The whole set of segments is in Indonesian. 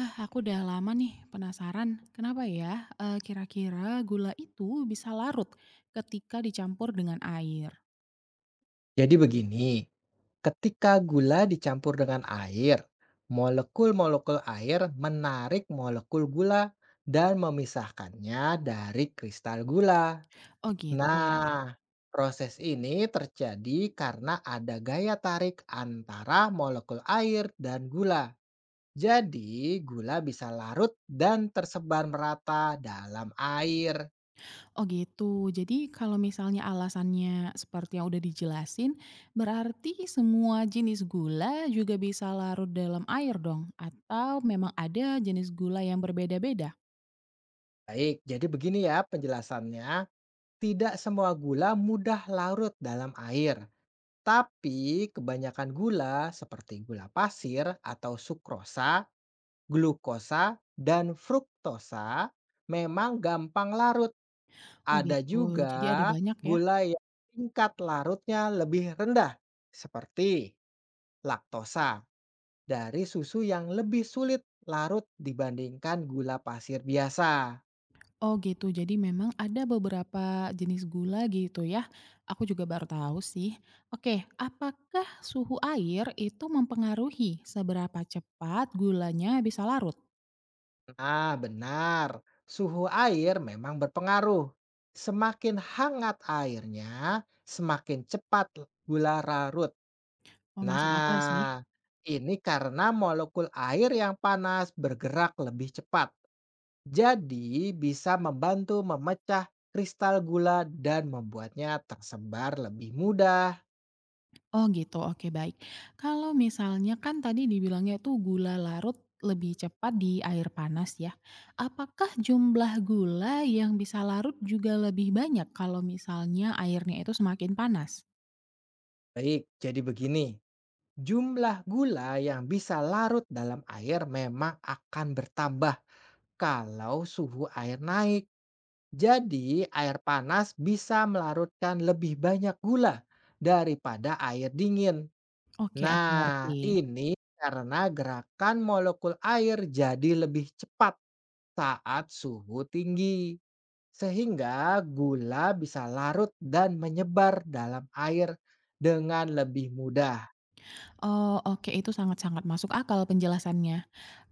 Ah, aku udah lama nih penasaran, kenapa ya, kira-kira gula itu bisa larut ketika dicampur dengan air? Jadi begini, ketika gula dicampur dengan air, molekul-molekul air menarik molekul gula dan memisahkannya dari kristal gula. Oh gitu ya, Nah, proses ini terjadi karena ada gaya tarik antara molekul air dan gula. Jadi, gula bisa larut dan tersebar merata dalam air. oh gitu. Jadi kalau misalnya alasannya seperti yang udah dijelasin, berarti semua jenis gula juga bisa larut dalam air dong? Atau memang ada jenis gula yang berbeda-beda? Baik, jadi begini ya penjelasannya. Tidak semua gula mudah larut dalam air, tapi kebanyakan gula seperti gula pasir atau sukrosa, glukosa, dan fruktosa memang gampang larut. Oh Ada gitu, jadi ada juga banyak ya? gula yang tingkat larutnya lebih rendah, seperti laktosa dari susu yang lebih sulit larut dibandingkan gula pasir biasa. Oh gitu, jadi memang ada beberapa jenis gula gitu ya. Aku juga baru tahu sih. Oke, apakah suhu air itu mempengaruhi seberapa cepat gulanya bisa larut? Ah, benar. Suhu air memang berpengaruh. Semakin hangat airnya, semakin cepat gula larut. Oh masuk akal sih. Nah, ini karena molekul air yang panas bergerak lebih cepat. Jadi, bisa membantu memecah kristal gula dan membuatnya tersebar lebih mudah. Oh gitu, oke baik. Kalau misalnya kan tadi dibilangnya tuh gula larut lebih cepat di air panas ya. Apakah jumlah gula yang bisa larut juga lebih banyak kalau misalnya airnya itu semakin panas? Baik, jadi begini. Jumlah gula yang bisa larut dalam air memang akan bertambah. Kalau suhu air naik, jadi air panas bisa melarutkan lebih banyak gula daripada air dingin. Oke, aku Nah, ngerti. ini karena gerakan molekul air jadi lebih cepat saat suhu tinggi, sehingga gula bisa larut dan menyebar dalam air dengan lebih mudah. Oh, oke itu sangat-sangat masuk akal penjelasannya.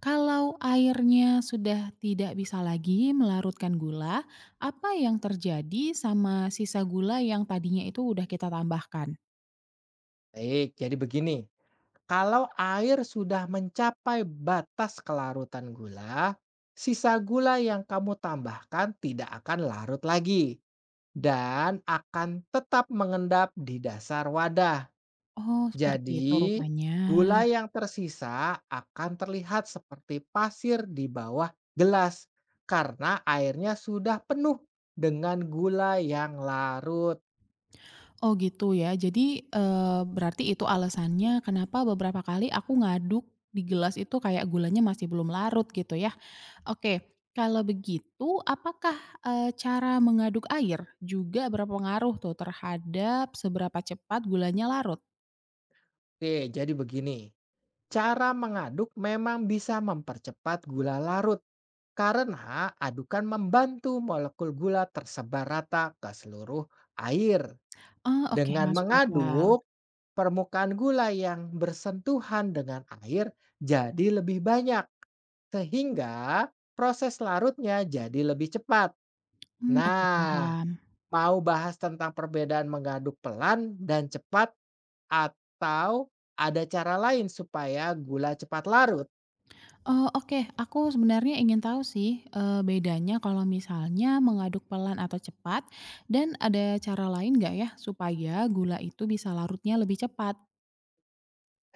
Kalau airnya sudah tidak bisa lagi melarutkan gula, apa yang terjadi sama sisa gula yang tadinya itu udah kita tambahkan? Baik, jadi begini. Kalau air sudah mencapai batas kelarutan gula, sisa gula yang kamu tambahkan tidak akan larut lagi dan akan tetap mengendap di dasar wadah. Oh, seperti itu Jadi, rupanya. gula yang tersisa akan terlihat seperti pasir di bawah gelas karena airnya sudah penuh dengan gula yang larut. Oh gitu ya. Jadi, berarti itu alasannya kenapa beberapa kali aku ngaduk di gelas itu kayak gulanya masih belum larut gitu ya. Oke, kalau begitu apakah, cara mengaduk air juga berpengaruh tuh terhadap seberapa cepat gulanya larut? Oke, jadi begini. Cara mengaduk memang bisa mempercepat gula larut, karena adukan membantu molekul gula tersebar rata ke seluruh air. Oh oke, Dengan masuk akal. mengaduk, permukaan gula yang bersentuhan dengan air jadi lebih banyak, sehingga proses larutnya jadi lebih cepat. Mmm, oke Nah, paham. mau bahas tentang perbedaan mengaduk pelan dan cepat, atau ada cara lain supaya gula cepat larut? Oh, oke. Aku sebenarnya ingin tahu sih, bedanya kalau misalnya mengaduk pelan atau cepat, dan ada cara lain nggak ya supaya gula itu bisa larutnya lebih cepat?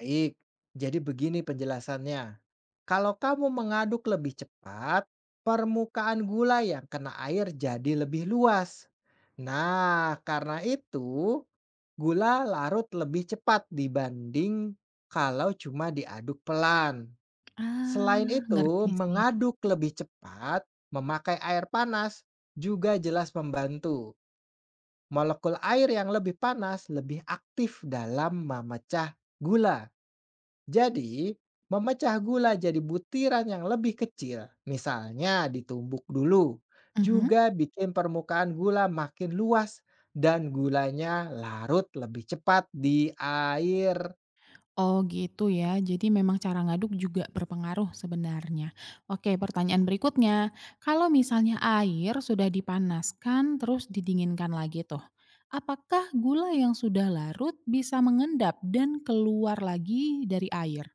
Baik, jadi begini penjelasannya. Kalau kamu mengaduk lebih cepat, permukaan gula yang kena air jadi lebih luas. Nah, karena itu gula larut lebih cepat dibanding kalau cuma diaduk pelan. Ah, Selain itu, ngerti sih. mengaduk lebih cepat memakai air panas juga jelas membantu. Molekul air yang lebih panas lebih aktif dalam memecah gula. Jadi, memecah gula jadi butiran yang lebih kecil, misalnya ditumbuk dulu, Mhm. juga bikin permukaan gula makin luas dan gulanya larut lebih cepat di air. Oh, gitu ya. Jadi memang cara ngaduk juga berpengaruh sebenarnya. Oke, pertanyaan berikutnya. Kalau misalnya air sudah dipanaskan terus didinginkan lagi tuh, apakah gula yang sudah larut bisa mengendap dan keluar lagi dari air?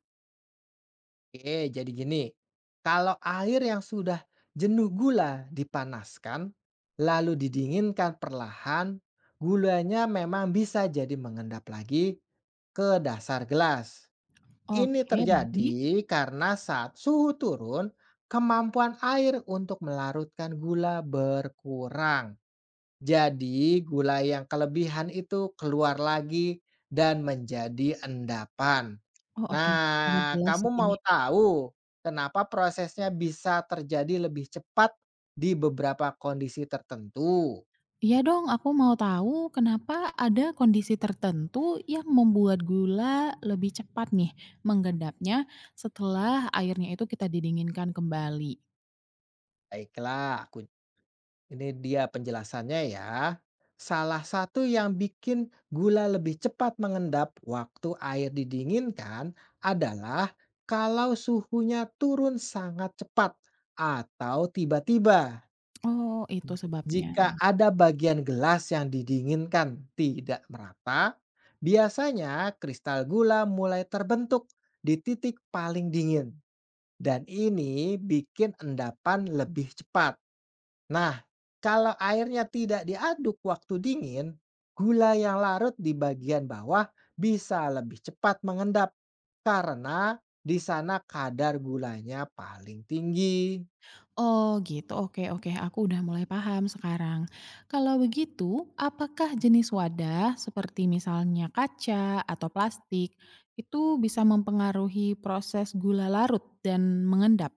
Oke, jadi gini, kalau air yang sudah jenuh gula dipanaskan, lalu didinginkan perlahan, gulanya memang bisa jadi mengendap lagi ke dasar gelas. Ini Oke, baik. terjadi karena saat suhu turun, kemampuan air untuk melarutkan gula berkurang. Jadi, gula yang kelebihan itu keluar lagi dan menjadi endapan. Oh, oke, sangat Nah, jelas kamu sih ini. mau tahu kenapa prosesnya bisa terjadi lebih cepat di beberapa kondisi tertentu? Iya dong, aku mau tahu kenapa ada kondisi tertentu yang membuat gula lebih cepat nih menggendapnya setelah airnya itu kita didinginkan kembali? Baiklah, aku. Ini dia penjelasannya ya. Salah satu yang bikin gula lebih cepat mengendap waktu air didinginkan adalah kalau suhunya turun sangat cepat atau tiba-tiba. Oh, itu sebabnya. Jika ada bagian gelas yang didinginkan tidak merata, biasanya kristal gula mulai terbentuk di titik paling dingin. Dan ini bikin endapan lebih cepat. Nah, kalau airnya tidak diaduk waktu dingin, gula yang larut di bagian bawah bisa lebih cepat mengendap karena di sana kadar gulanya paling tinggi. Oh, gitu. Oke oke, aku udah mulai paham sekarang. Kalau begitu, apakah jenis wadah seperti misalnya kaca atau plastik itu bisa mempengaruhi proses gula larut dan mengendap?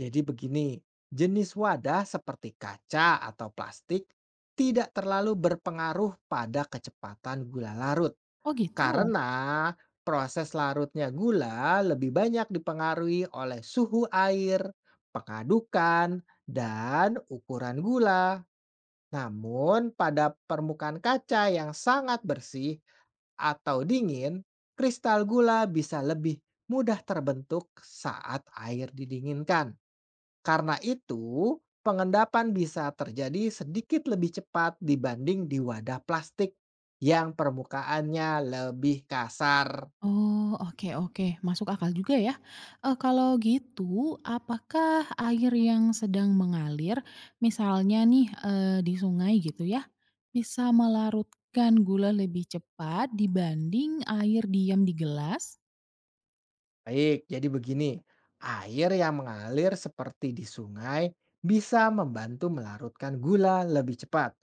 Jadi begini, jenis wadah seperti kaca atau plastik tidak terlalu berpengaruh pada kecepatan gula larut. Oh gitu? Karena proses larutnya gula lebih banyak dipengaruhi oleh suhu air, pengadukan, dan ukuran gula. Namun, pada permukaan kaca yang sangat bersih atau dingin, kristal gula bisa lebih mudah terbentuk saat air didinginkan. Karena itu, pengendapan bisa terjadi sedikit lebih cepat dibanding di wadah plastik yang permukaannya lebih kasar. Oh, oke oke, masuk akal juga ya. Kalau gitu, apakah air yang sedang mengalir, misalnya nih, di sungai gitu ya, bisa melarutkan gula lebih cepat dibanding air diam di gelas? Baik, jadi begini, air yang mengalir seperti di sungai bisa membantu melarutkan gula lebih cepat.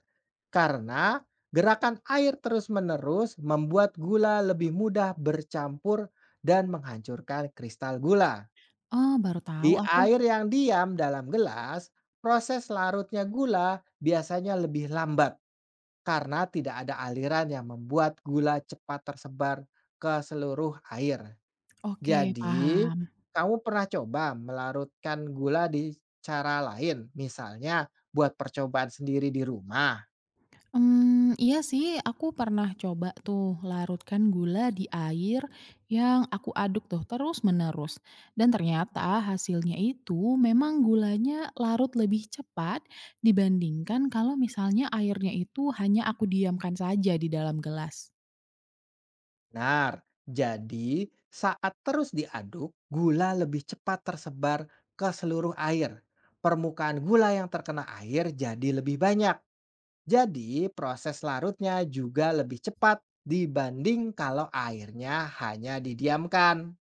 Karena gerakan air terus-menerus membuat gula lebih mudah bercampur dan menghancurkan kristal gula. Oh, baru tahu Di aku. air yang diam dalam gelas, proses larutnya gula biasanya lebih lambat karena tidak ada aliran yang membuat gula cepat tersebar ke seluruh air. Oke, Jadi, paham. kamu pernah coba melarutkan gula di cara lain, misalnya buat percobaan sendiri di rumah. Mmm, iya sih, aku pernah coba tuh larutkan gula di air yang aku aduk tuh terus-menerus. Dan ternyata hasilnya itu memang gulanya larut lebih cepat dibandingkan kalau misalnya airnya itu hanya aku diamkan saja di dalam gelas. Benar. Jadi, saat terus diaduk, gula lebih cepat tersebar ke seluruh air. Permukaan gula yang terkena air jadi lebih banyak. Jadi, proses larutnya juga lebih cepat dibanding kalau airnya hanya didiamkan.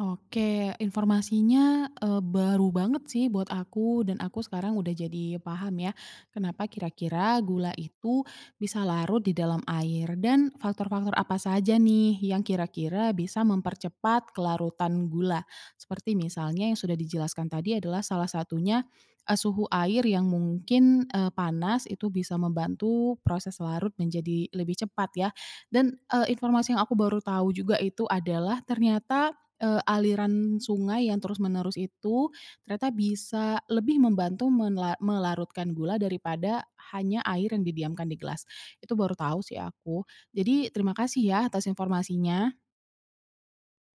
Oke, informasinya, baru banget sih buat aku dan aku sekarang udah jadi paham ya, kenapa kira-kira gula itu bisa larut di dalam air dan faktor-faktor apa saja nih yang kira-kira bisa mempercepat kelarutan gula. Seperti misalnya yang sudah dijelaskan tadi adalah salah satunya, suhu air yang mungkin, panas itu bisa membantu proses larut menjadi lebih cepat ya. Dan, informasi yang aku baru tahu juga itu adalah ternyata aliran sungai yang terus-menerus itu ternyata bisa lebih membantu melarutkan gula daripada hanya air yang didiamkan di gelas. Itu baru tahu sih aku. Jadi terima kasih ya atas informasinya.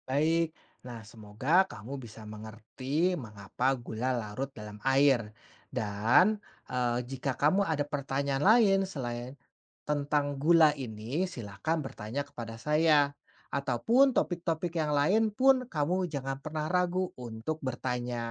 Baik, nah semoga kamu bisa mengerti mengapa gula larut dalam air. Dan jika kamu ada pertanyaan lain selain tentang gula ini, silakan bertanya kepada saya. Ataupun topik-topik yang lain pun kamu jangan pernah ragu untuk bertanya.